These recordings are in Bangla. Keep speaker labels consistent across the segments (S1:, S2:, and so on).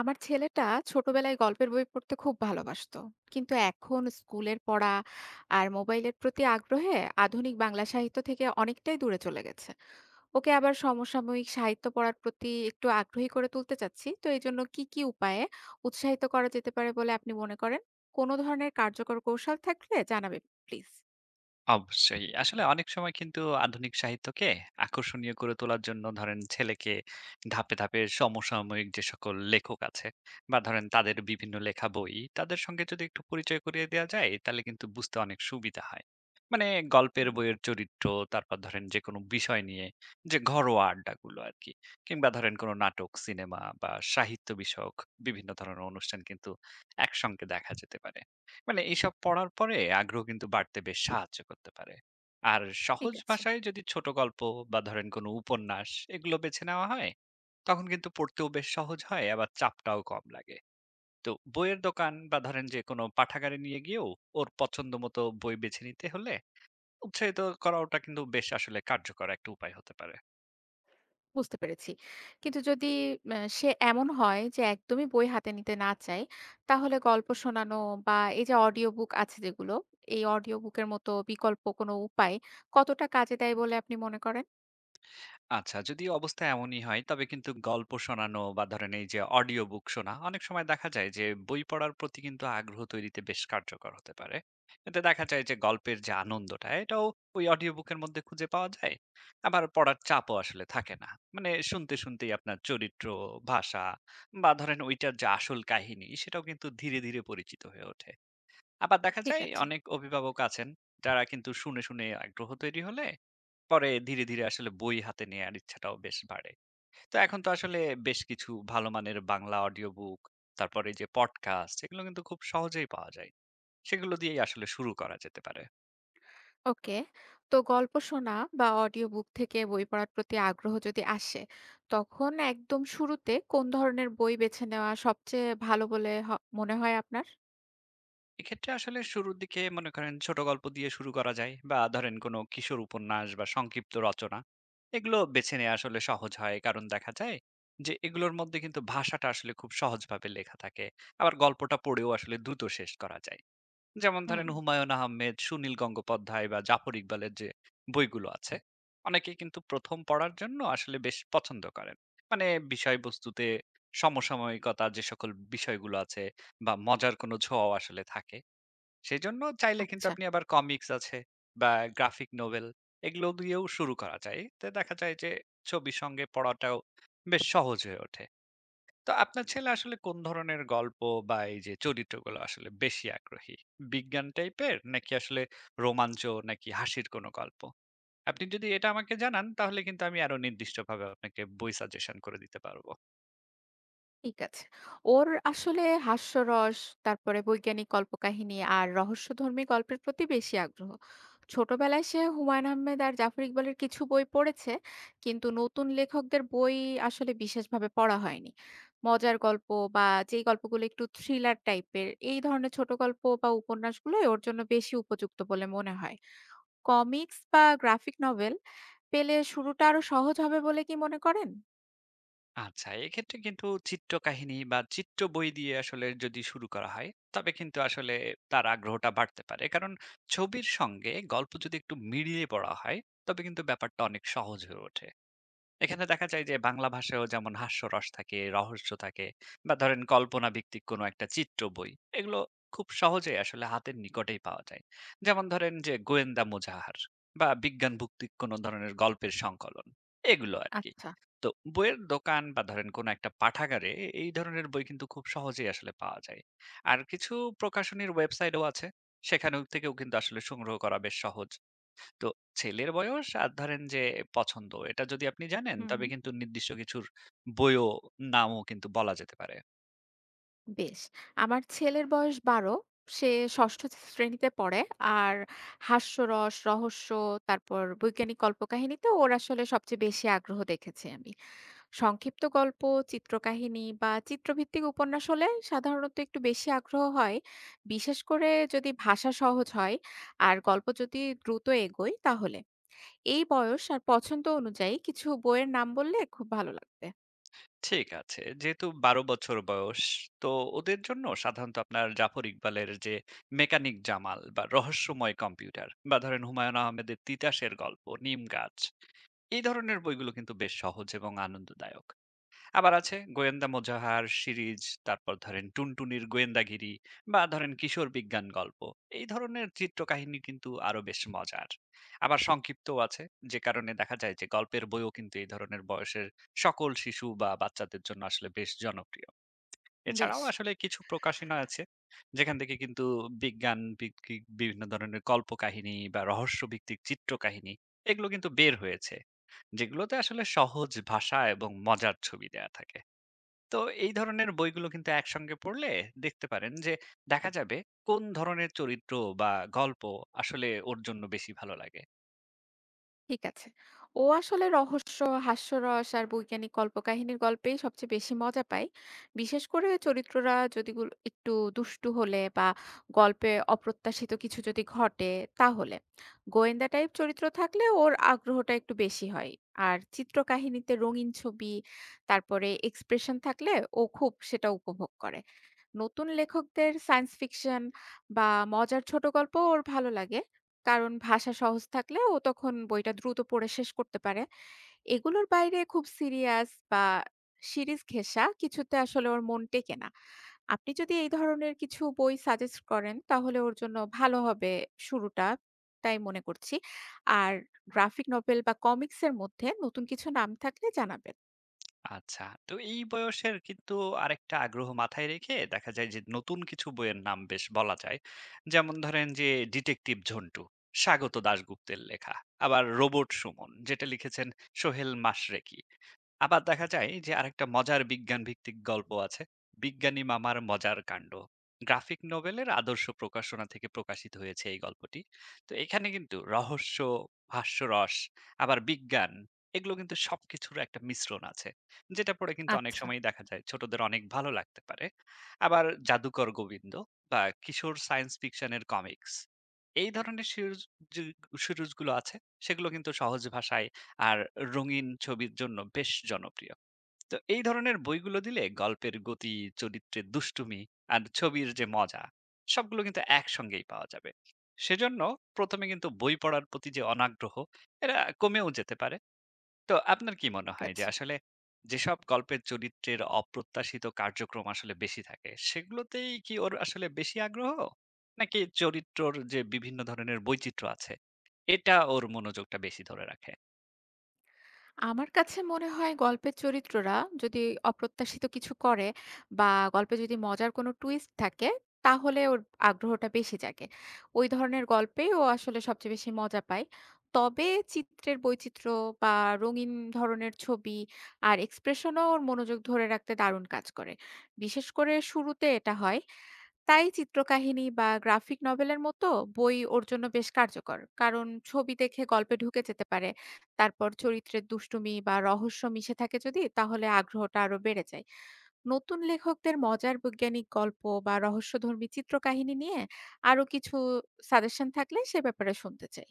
S1: আমার ছেলেটা ছোটবেলায় গল্পের বই পড়তে খুব ভালোবাসতো কিন্তু এখন স্কুলের পড়া আর মোবাইলের প্রতি আগ্রহে আধুনিক বাংলা সাহিত্য থেকে অনেকটাই দূরে চলে গেছে। ওকে আবার সমসাময়িক সাহিত্য পড়ার প্রতি একটু আগ্রহী করে তুলতে চাচ্ছি, তো এই জন্য কি কি উপায়ে উৎসাহিত করা যেতে পারে বলে আপনি মনে করেন? কোনো ধরনের কার্যকর কৌশল থাকলে জানাবেন প্লিজ।
S2: অবশ্যই। আসলে অনেক সময় কিন্তু আধুনিক সাহিত্যকে আকর্ষণীয় করে তোলার জন্য ধরেন ছেলেকে ধাপে, ধাপে সমসাময়িক যে সকল লেখক আছে বা ধরেন তাদের বিভিন্ন লেখা বই, তাদের সঙ্গে যদি একটু পরিচয় করিয়ে দেয়া যায়, তাহলে কিন্তু বুঝতে অনেক সুবিধা হয়। মানে গল্পের
S1: হুম।
S2: বইয়ের চরিত্র, তারপর ধরেন যেকোনো বিষয় নিয়ে যে ঘরোয়া আড্ডাগুলো আরকি। কিংবা ধরেন কোনো নাটক, সিনেমা বা সাহিত্য বিষয়ক বিভিন্ন ধরনের অনুষ্ঠান কিন্তু একসঙ্গে দেখা যেতে পারে। মানে এইসব পড়ার পরে আগ্রহ কিন্তু বাড়তে বেশ সাহায্য করতে পারে। আর
S1: ঠিক
S2: সহজ
S1: আছে।
S2: ভাষায় যদি ছোট গল্প বা ধরেন কোনো উপন্যাস এগুলো বেছে নেওয়া হয়, তখন কিন্তু পড়তেও বেশ সহজ হয় আবার চাপটাও কম লাগে। তো বইয়ের দোকান বা ধরেন যে কোনো পাঠাগারে নিয়ে গিয়েও ওর পছন্দ মতো বই বেছে নিতে হলে উৎসাহিত করা, ওটা কিন্তু বেশ আসলে কার্যকর একটা উপায় হতে পারে।
S1: বুঝতে পেরেছি। কিন্তু যদি সে এমন হয় যে একদমই বই হাতে নিতে না চায়, তাহলে গল্প শোনানো বা এই যে অডিও বুক আছে যেগুলো, এই অডিও বুকের মতো বিকল্প কোনো উপায় কতটা কাজে দেয় বলে আপনি মনে করেন?
S2: আচ্ছা, যদি অবস্থা এমনই হয় তবে কিন্তু গল্প শোনানো বা ধরেন এই যে অডিও বুক শোনা, অনেক সময় দেখা যায় যে বই পড়ার প্রতি কিন্তু আগ্রহ তৈরিতে বেশ কার্যকর হতে পারে। এতে দেখা যায় যে গল্পের যে আনন্দটা এটাও ওই অডিও বুকের মধ্যে খুঁজে পাওয়া যায়। আবার পড়ার চাপও আসলে থাকে না। মানে শুনতে, শুনতেই আপনার চরিত্র, ভাষা বা ধরেন ওইটার যে আসল কাহিনী সেটাও কিন্তু ধীরে, ধীরে পরিচিত হয়ে ওঠে। আবার দেখা
S1: ঠিক
S2: যায়
S1: আছে।
S2: অনেক অভিভাবক আছেন যারা কিন্তু শুনে, শুনে আগ্রহ তৈরি হলে পরে ধীরে, ধীরে আসলে বই হাতে নেয়ার ইচ্ছাটাও বেশ বাড়ে। তো এখন তো আসলে বেশ কিছু ভালো মানের বাংলা অডিও বুক, তারপরে এই যে পডকাস্ট এগুলো কিন্তু খুব সহজেই পাওয়া যায়। সেগুলো দিয়েই আসলে শুরু করা যেতে পারে।
S1: ওকে। তো গল্প শোনা বা অডিও বুক থেকে বই পড়ার প্রতি আগ্রহ যদি আসে, তখন একদম শুরুতে কোন ধরনের বই বেছে নেওয়া সবচেয়ে ভালো বলে মনে হয় আপনার?
S2: এক্ষেত্রে আসলে শুরুর দিকে মনে করেন ছোট গল্প দিয়ে শুরু করা যায় বা ধরেন কোনো কিশোর উপন্যাস বা সংক্ষিপ্ত রচনা এগুলো বেছে নেয়া আসলে সহজ হয়। কারণ দেখা যায় যে এগুলোর মধ্যে কিন্তু ভাষাটা আসলে খুব সহজভাবে লেখা থাকে। আবার গল্পটা পড়েও আসলে দ্রুত শেষ করা যায়। যেমন
S1: হুম।
S2: ধরেন হুমায়ুন আহমেদ, সুনীল গঙ্গোপাধ্যায় বা জাফর ইকবালের যে বইগুলো আছে, অনেকেই কিন্তু ১ম পড়ার জন্য আসলে বেশ পছন্দ করেন। মানে বিষয়বস্তুতে সমসাময়িকতা, যে সকল বিষয়গুলো আছে বা মজার কোনো ছোঁয়াও আসলে থাকে। সেজন্য চাইলে কিন্তু
S1: আচ্ছা।
S2: আপনি আবার কমিকস আছে বা গ্রাফিক নোভেল, এগুলো দিয়েও শুরু করা যায়। এতে দেখা যায় যে ছবির সঙ্গে পড়াটাও বেশ সহজ হয়ে ওঠে। তো আপনার ছেলে আসলে কোন ধরনের গল্প বা এই যে চরিত্রগুলো, আসলে বেশি আগ্রহী? বিজ্ঞান টাইপের নাকি আসলে রোমাঞ্চ নাকি হাসির কোনো গল্প? আপনি যদি এটা আমাকে জানান তাহলে কিন্তু আমি আরো নির্দিষ্টভাবে আপনাকে বই সাজেশন করে দিতে পারবো।
S1: ঠিক আছে। ওর আসলে হাস্যরস, তারপরে বৈজ্ঞানিক কল্পকাহিনী আর রহস্যধর্মী গল্পের প্রতি বেশি আগ্রহ। ছোটবেলায় সে হুমায়ূন আহমেদ আর জাফর ইকবালের কিছু বই পড়েছে, কিন্তু নতুন লেখকদের বই আসলে বিশেষভাবে পড়া হয়নি। মজার গল্প বা যেই গল্পগুলো একটু থ্রিলার টাইপের, এই ধরনের ছোট গল্প বা উপন্যাসগুলোই ওর জন্য বেশি উপযুক্ত বলে মনে হয়। কমিক্স বা গ্রাফিক নভেল পেলে শুরুটা আরো সহজ হবে বলে কি মনে করেন?
S2: আচ্ছা, এক্ষেত্রে কিন্তু চিত্রকাহিনী বা চিত্র বই দিয়ে আসলে যদি শুরু করা হয়, তবে কিন্তু আসলে তার আগ্রহটা বাড়তে পারে। কারণ ছবির সঙ্গে গল্প যদি একটু মিলিয়ে পড়া হয়, তবে কিন্তু ব্যাপারটা অনেক সহজ হয়ে ওঠে। এখানে দেখা যায় যে বাংলা ভাষায়ও যেমন হাস্যরস থাকে, রহস্য থাকে বা ধরেন কল্পনা ভিত্তিক কোনো একটা চিত্র বই। এগুলো খুব সহজেই আসলে হাতের নিকটেই পাওয়া যায়। যেমন ধরেন যে গোয়েন্দা মুজাহার বা বিজ্ঞান ভিত্তিক কোনো ধরনের গল্পের সংকলন, এগুলো আরকি।
S1: আচ্ছা।
S2: তো বইয়ের দোকান বা ধরেন কোনো একটা পাঠাগারে এই ধরনের বই কিন্তু খুব সহজেই আসলে পাওয়া যায়। আর কিছু প্রকাশনীর ওয়েবসাইটও আছে। সেখানেও থেকেও কিন্তু আসলে সংগ্রহ করা বেশ সহজ। তো ছেলের বয়স আর ধরেন যে পছন্দ, এটা যদি আপনি জানেন
S1: হুম,
S2: তবে
S1: হুম।
S2: কিন্তু নির্দিষ্ট কিছুর বইও নামও কিন্তু বলা যেতে পারে।
S1: বেশ। আমার ছেলের বয়স ১২। সে ৬ষ্ঠ শ্রেণীতে পড়ে। আর হাস্যরস, রহস্য, তারপর বৈজ্ঞানিক কল্পকাহিনীতে ওর আসলে সবচেয়ে বেশি আগ্রহ দেখেছি আমি। সংক্ষিপ্ত গল্প, চিত্রকাহিনী বা চিত্রভিত্তিক উপন্যাস হলে সাধারণত একটু বেশি আগ্রহ হয়। বিশেষ করে যদি ভাষা সহজ হয় আর গল্প যদি দ্রুত এগোয় তাহলে। এই বয়স আর পছন্দ অনুযায়ী কিছু বইয়ের নাম বললে খুব ভালো লাগবে।
S2: ঠিক আছে। যেহেতু ১২ বছর বয়স, তো ওদের জন্য সাধারণত আপনার জাফর ইকবালের যে 'মেকানিক জামাল' বা 'রহস্যময় কম্পিউটার' বা ধরেন হুমায়ূন আহমেদের 'তিতাসের গল্প', 'নিম গাছ', এই ধরনের বইগুলো কিন্তু বেশ সহজ এবং আনন্দদায়ক। আবার আছে গোয়েন্দা মোজাহার সিরিজ, তারপর ধরেন টুনটুনির গোয়েন্দাগিরি বা ধরেন কিশোর বিজ্ঞান গল্প, এই ধরনের চিত্রকাহিনী কিন্তু আরো বেশ মজার। আবার সংক্ষিপ্তও আছে, যে কারণে দেখা যায় যে গল্পের বইও কিন্তু এই ধরনের বয়সের সকল শিশু বা বাচ্চাদের জন্য আসলে বেশ জনপ্রিয়।
S1: বেশ।
S2: এছাড়াও আসলে কিছু প্রকাশনা আছে যেখান থেকে কিন্তু বিজ্ঞান ভিত্তিক বিভিন্ন ধরনের কল্পকাহিনী বা রহস্য ভিত্তিক চিত্রকাহিনী, এগুলো কিন্তু বের হয়েছে যেগুলোতে আসলে সহজ ভাষা এবং মজার ছবি দেয়া থাকে। তো এই ধরনের বইগুলো কিন্তু একসঙ্গে পড়লে দেখতে পারেন যে দেখা যাবে কোন ধরনের চরিত্র বা গল্প আসলে ওর জন্য বেশি ভালো লাগে।
S1: ঠিক আছে। ও আসলে রহস্য, হাস্যরস আর বৈজ্ঞানিক কল্পকাহিনীর গল্পেই সবচেয়ে বেশি মজা পায়। বিশেষ করে চরিত্ররা যদি গুলো একটু দুষ্টু হলে বা গল্পে অপ্রত্যাশিত কিছু যদি ঘটে তাহলে, গোয়েন্দা টাইপ চরিত্র থাকলে ওর আগ্রহটা একটু বেশি হয়। আর চিত্রকাহিনীতে রঙিন ছবি, তারপরে এক্সপ্রেশন থাকলে ও খুব সেটা উপভোগ করে। নতুন লেখকদের সায়েন্স ফিকশন বা মজার ছোট গল্প ওর ভালো লাগে, কারণ ভাষা সহজ থাকলে ও তখন বইটা দ্রুত পড়ে শেষ করতে পারে। এগুলোর বাইরে খুব সিরিয়াস বা সিরিজ ঘেঁষা কিছুতে আসলে ওর মন টেকে না। আপনি যদি এই ধরনের কিছু বই সাজেস্ট করেন তাহলে ওর জন্য ভালো হবে শুরুটা, তাই মনে করছি। আর গ্রাফিক নভেল বা কমিক্সের মধ্যে নতুন কিছু নাম থাকলে জানাবেন।
S2: আচ্ছা, তো এই বয়সের কিন্তু আরেকটা আগ্রহ মাথায় রেখে দেখা যায় যে নতুন কিছু বইয়ের নাম বেশ বলা যায়। যেমন ধরেন যে ডিটেকটিভ ঝন্টু, স্বাগত দাশগুপ্তের লেখা। আবার রোবট সুমন, যেটা লিখেছেন সোহেল মাশরেকি। আবার দেখা যায় যে আরেকটা মজার বিজ্ঞান ভিত্তিক গল্প আছে, বিজ্ঞানী মামার মজার কাণ্ড। গ্রাফিক নোবেলের আদর্শ প্রকাশনা থেকে প্রকাশিত হয়েছে এই গল্পটি। তো এখানে কিন্তু রহস্য, হাস্যরস, আবার বিজ্ঞান, এগুলো কিন্তু সবকিছুর একটা মিশ্রণ আছে, যেটা পড়ে কিন্তু অনেক
S1: আচ্ছা।
S2: সময় দেখা যায় ছোটদের অনেক ভালো লাগতে পারে। আবার জাদুকর গোবিন্দ বা কিশোর সায়েন্স ফিকশনের কমিক্স, এই ধরনের সিরিজ, যে সিরিজগুলো আছে সেগুলো কিন্তু সহজ ভাষায় আর রঙিন ছবির জন্য বেশ জনপ্রিয়। তো এই ধরনের বইগুলো দিলে গল্পের গতি, চরিত্রের দুষ্টুমি আর ছবির যে মজা, সবগুলো কিন্তু একসঙ্গেই পাওয়া যাবে। সেজন্য প্রথমে কিন্তু বই পড়ার প্রতি যে অনাগ্রহ, এরা কমেও যেতে পারে। তো আপনার কি মনে
S1: ঠিক
S2: হয় যে
S1: আছে।
S2: আসলে যেসব গল্পের চরিত্রের অপ্রত্যাশিত কার্যক্রম আসলে বেশি থাকে, সেগুলোতেই কি ওর আসলে বেশি আগ্রহ? নাকি চরিত্রর যে বিভিন্ন ধরনের বৈচিত্র্য আছে, এটা ওর মনোযোগটা বেশি ধরে রাখে?
S1: আমার কাছে মনে হয় গল্পের চরিত্ররা যদি অপ্রত্যাশিত কিছু করে বা গল্পে যদি মজার কোনো টুইস্ট থাকে তাহলে ওর আগ্রহটা বেশি জাগে। ওই ধরনের গল্পেই ও আসলে সবচেয়ে বেশি মজা পায়। তবে চিত্রের বৈচিত্র্য বা রঙিন ধরনের ছবি আর এক্সপ্রেশনও ওর মনোযোগ ধরে রাখতে দারুণ কাজ করে। বিশেষ করে শুরুতে এটা হয়। তাই চিত্রকাহিনী বা গ্রাফিক নভেলের মতো বই ওর জন্য বেশ কার্যকর, কারণ ছবি দেখে গল্পে ঢুকে যেতে পারে। তারপর চরিত্রের দুষ্টুমি বা রহস্য মিশে থাকে যদি তাহলে আগ্রহটা আরো বেড়ে যায়। নতুন লেখকদের মজার বৈজ্ঞানিক গল্প বা রহস্যধর্মী চিত্রকাহিনী নিয়ে আরো কিছু সাজেশন থাকলে সে ব্যাপারে শুনতে চাই।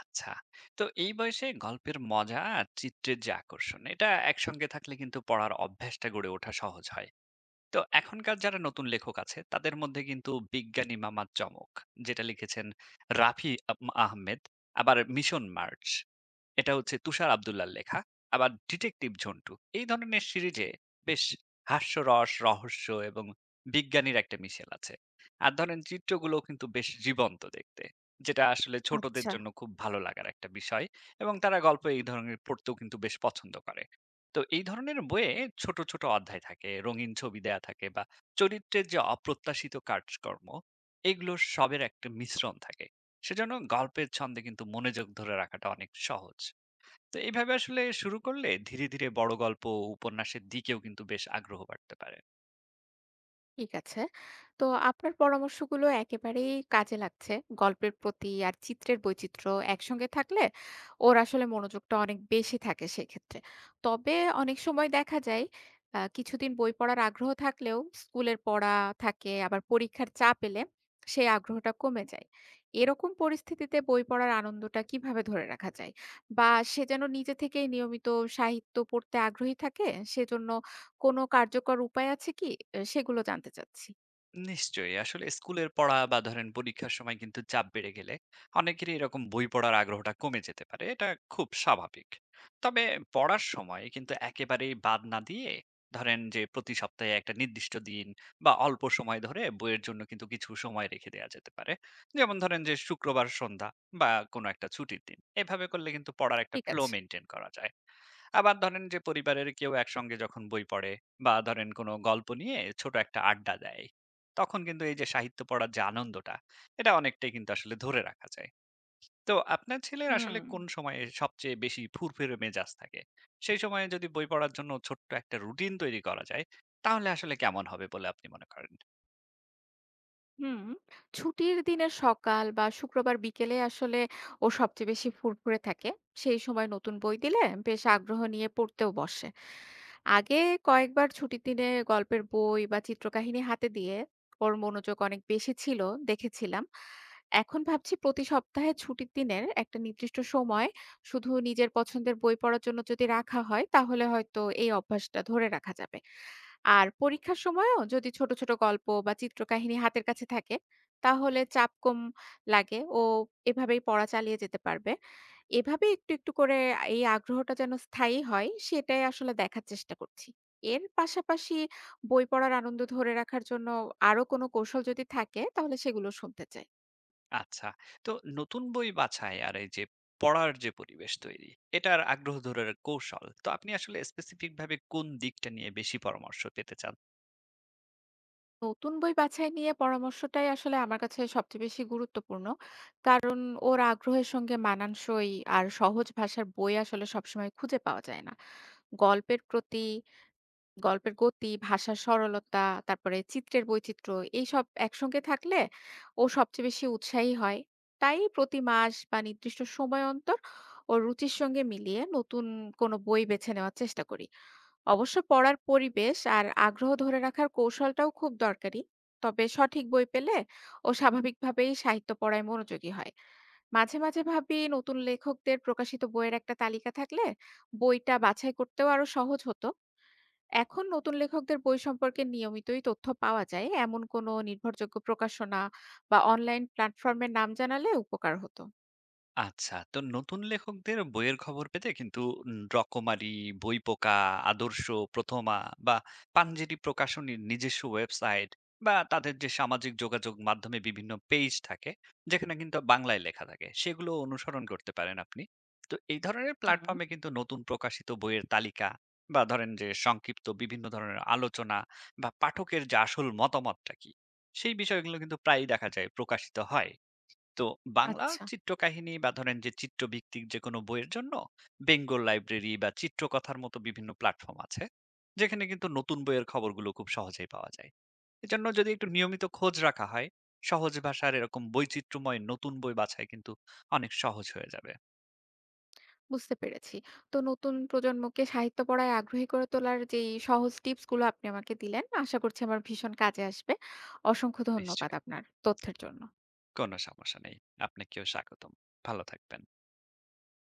S2: আচ্ছা। তো এই বয়সে গল্পের মজা আর চিত্রের যে আকর্ষণ, এটা একসঙ্গে থাকলে কিন্তু পড়ার অভ্যাসটা গড়ে ওঠা সহজ হয়। তো এখনকার যারা নতুন লেখক আছে, তাদের মধ্যে কিন্তু বিজ্ঞানী মামা চমক, যেটা লিখেছেন রাফি আহমেদ, আবার মিশন মার্চ, এটা হচ্ছে তুষার আব্দুল্লাহর লেখা। আবার ডিটেকটিভ ঝন্টু। এই ধরনের সিরিজে বেশ হাস্যরস, রহস্য এবং বিজ্ঞানীর একটা মিশেল আছে। আর ধরেন চিত্রগুলোও কিন্তু বেশ জীবন্ত দেখতে, যেটা আসলে ছোটদের
S1: আচ্ছা।
S2: জন্য খুব ভালো লাগার একটা বিষয়, এবং তারা গল্প এই ধরনের পড়তেও কিন্তু বেশ পছন্দ করে। তো এই ধরনের বইয়ে ছোট, ছোট অধ্যায় থাকে, রঙিন ছবি দেয়া থাকে বা চরিত্রের যে অপ্রত্যাশিত কাজকর্ম, এগুলো সবের একটা মিশ্রণ থাকে। সেজন্য গল্পের ছন্দে কিন্তু মনোযোগ ধরে রাখাটা অনেক সহজ। তো এইভাবে আসলে শুরু করলে ধীরে ধীরে বড় গল্প, উপন্যাসের দিকেও কিন্তু বেশ আগ্রহ বাড়তে পারে।
S1: ঠিক আছে। তো আপনার পরামর্শগুলো একেবারেই কাজে লাগছে। গল্পের প্রতি আর চিত্রের বৈচিত্র্য একসঙ্গে থাকলে ওর আসলে মনোযোগটা অনেক বেশি থাকে সেক্ষেত্রে। তবে অনেক সময় দেখা যায় কিছুদিন বই পড়ার আগ্রহ থাকলেও স্কুলের পড়া থাকে, আবার পরীক্ষার চাপ এলে সেই আগ্রহটা কমে যায়। এরকম পরিস্থিতিতে বই পড়ার আনন্দটা কিভাবে ধরে রাখা যায়? বা সে যেন নিজে থেকেই নিয়মিত সাহিত্য পড়তে আগ্রহী থাকে, সেজন্য কোনো কার্যকর উপায় আছে কি? এ সেগুলো জানতে চাচ্ছি।
S2: নিশ্চয়ই। আসলে স্কুলের পড়া বা ধরেন পরীক্ষার সময় কিন্তু চাপ বেড়ে গেলে অনেকেরই এরকম বই পড়ার আগ্রহটা কমে যেতে পারে। এটা খুব স্বাভাবিক। তবে পড়ার সময় কিন্তু একেবারেই বাদ না দিয়ে ধরেন যে প্রতি সপ্তাহে একটা নির্দিষ্ট দিন বা অল্প সময় ধরে বইয়ের জন্য কিন্তু কিছু সময় রেখে দেওয়া যেতে পারে। যেমন ধরেন যে শুক্রবার সন্ধ্যা বা কোনো একটা ছুটির দিন। এভাবে করলে কিন্তু পড়ার একটা
S1: ঠিক
S2: ফ্লো
S1: আছে।
S2: মেইনটেইন করা যায়। আবার ধরেন যে পরিবারের কেউ একসঙ্গে যখন বই পড়ে বা ধরেন কোনো গল্প নিয়ে ছোট একটা আড্ডা দেয়, তখন কিন্তু এই যে সাহিত্য পড়ার যে আনন্দটা, এটা অনেকটাই কিন্তু আসলে ধরে রাখা যায়। তো আপনার ছেলের আসলে
S1: হুম।
S2: কোন সময়ে সবচেয়ে বেশি ফুরফুরে মেজাজ থাকে? সেই সময়ে যদি বই পড়ার জন্য ছোট্ট একটা রুটিন তৈরি করা যায়, তাহলে আসলে কেমন হবে বলে আপনি মনে করেন?
S1: হুম, ছুটির দিনের সকাল বা শুক্রবার বিকেলে আসলে ও সবচেয়ে বেশি ফুরফুরে থাকে। সেই সময় নতুন বই দিলে বেশ আগ্রহ নিয়ে পড়তেও বসে। আগে কয়েকবার ছুটির দিনে গল্পের বই বা চিত্রকাহিনী হাতে দিয়ে ওর মনোযোগ অনেক বেশি ছিল, দেখেছিলাম। এখন ভাবছি প্রতি সপ্তাহে ছুটির দিনের একটা নির্দিষ্ট সময় শুধু নিজের পছন্দের বই পড়ার জন্য যদি রাখা হয়, তাহলে হয়তো এই অভ্যাসটা ধরে রাখা যাবে। আর পরীক্ষার সময়ও যদি ছোট, ছোট গল্প বা চিত্রকাহিনী হাতের কাছে থাকে, তাহলে চাপ কম লাগে ও এভাবেই পড়া চালিয়ে যেতে পারবে। এভাবে একটু, একটু করে এই আগ্রহটা যেন স্থায়ী হয়, সেটাই আসলে দেখার চেষ্টা করছি। এর পাশাপাশি বই পড়ার আনন্দ ধরে রাখার জন্য আরো কোনো কৌশল যদি থাকে, তাহলে সেগুলো শুনতে চাই।
S2: আচ্ছা। তো নতুন বই বাছাই আর এই যে পড়ার যে পরিবেশ তৈরি, এটার আগ্রহ ধরে কৌশল। তো আপনি আসলে স্পেসিফিক ভাবে কোন দিকটা নিয়ে বেশি পরামর্শ পেতে চান?
S1: নতুন বই বাছাই নিয়ে পরামর্শটাই আসলে আমার কাছে সবচেয়ে বেশি গুরুত্বপূর্ণ। কারণ ওর আগ্রহের সঙ্গে মানানসই আর সহজ ভাষার বই আসলে সবসময় খুঁজে পাওয়া যায় না। গল্পের প্রতি, গল্পের গতি, ভাষার সরলতা, তারপরে চিত্রের বৈচিত্র্য, এইসব একসঙ্গে থাকলে ও সবচেয়ে বেশি উৎসাহী হয়। তাই প্রতি মাস বা নির্দিষ্ট সময় অন্তর ওর রুচির সঙ্গে মিলিয়ে নতুন কোনো বই বেছে নেওয়ার চেষ্টা করি। অবশ্য পড়ার পরিবেশ আর আগ্রহ ধরে রাখার কৌশলটাও খুব দরকারি। তবে সঠিক বই পেলে ও স্বাভাবিকভাবেই সাহিত্য পড়ায় মনোযোগী হয়। মাঝে, মাঝে ভাবি নতুন লেখকদের প্রকাশিত বইয়ের একটা তালিকা থাকলে বইটা বাছাই করতেও আরো সহজ হতো। এখন নতুন লেখকদের বই সম্পর্কে নিয়মিতই তথ্য পাওয়া যায় এমন কোনো নির্ভরযোগ্য প্রকাশনা বা অনলাইন প্ল্যাটফর্মের নাম জানালে উপকার হতো।
S2: আচ্ছা, তো নতুন লেখকদের বইয়ের খবর পেতে কিন্তু রকমারি, বইপোকা, আদর্শ, প্রথমা বা পাঞ্জেরি প্রকাশনীর নিজস্ব ওয়েবসাইট বা তাদের যে সামাজিক যোগাযোগ মাধ্যমে বিভিন্ন পেজ থাকে, যেখানে কিন্তু বাংলায় লেখা থাকে, সেগুলো অনুসরণ করতে পারেন আপনি। তো এই ধরনের
S1: হুম।
S2: প্ল্যাটফর্মে কিন্তু নতুন প্রকাশিত বইয়ের তালিকা বা ধরেন যে সংক্ষিপ্ত বিভিন্ন ধরনের আলোচনা বা পাঠকের যে আসল মতামতটা কি, সেই বিষয়গুলো কিন্তু প্রায়ই দেখা যায় প্রকাশিত হয়। তো বাংলা
S1: আচ্ছা,
S2: চিত্রকাহিনী বা ধরেন যে চিত্রভিত্তিক যে কোনো বইয়ের জন্য বেঙ্গল লাইব্রেরি বা চিত্রকথার মতো বিভিন্ন প্ল্যাটফর্ম আছে যেখানে কিন্তু নতুন বইয়ের খবরগুলো খুব সহজেই পাওয়া যায়। এজন্য যদি একটু নিয়মিত খোঁজ রাখা হয় সহজ ভাষার এরকম বৈচিত্র্যময় নতুন বই বাছাই কিন্তু অনেক সহজ হয়ে যাবে।
S1: বুঝতে পেরেছি। তো নতুন প্রজন্মকে সাহিত্য পড়ায় আগ্রহী করে তোলার যেই সহজ টিপসগুলো আপনি আমাকে দিলেন, আশা করছি আমার ভীষণ কাজে আসবে। অসংখ্য ধন্যবাদ
S2: নিশ্চয়ই।
S1: আপনার তথ্যের জন্য।
S2: কোনো সমস্যা নেই। আপনাকেও স্বাগতম। ভালো থাকবেন।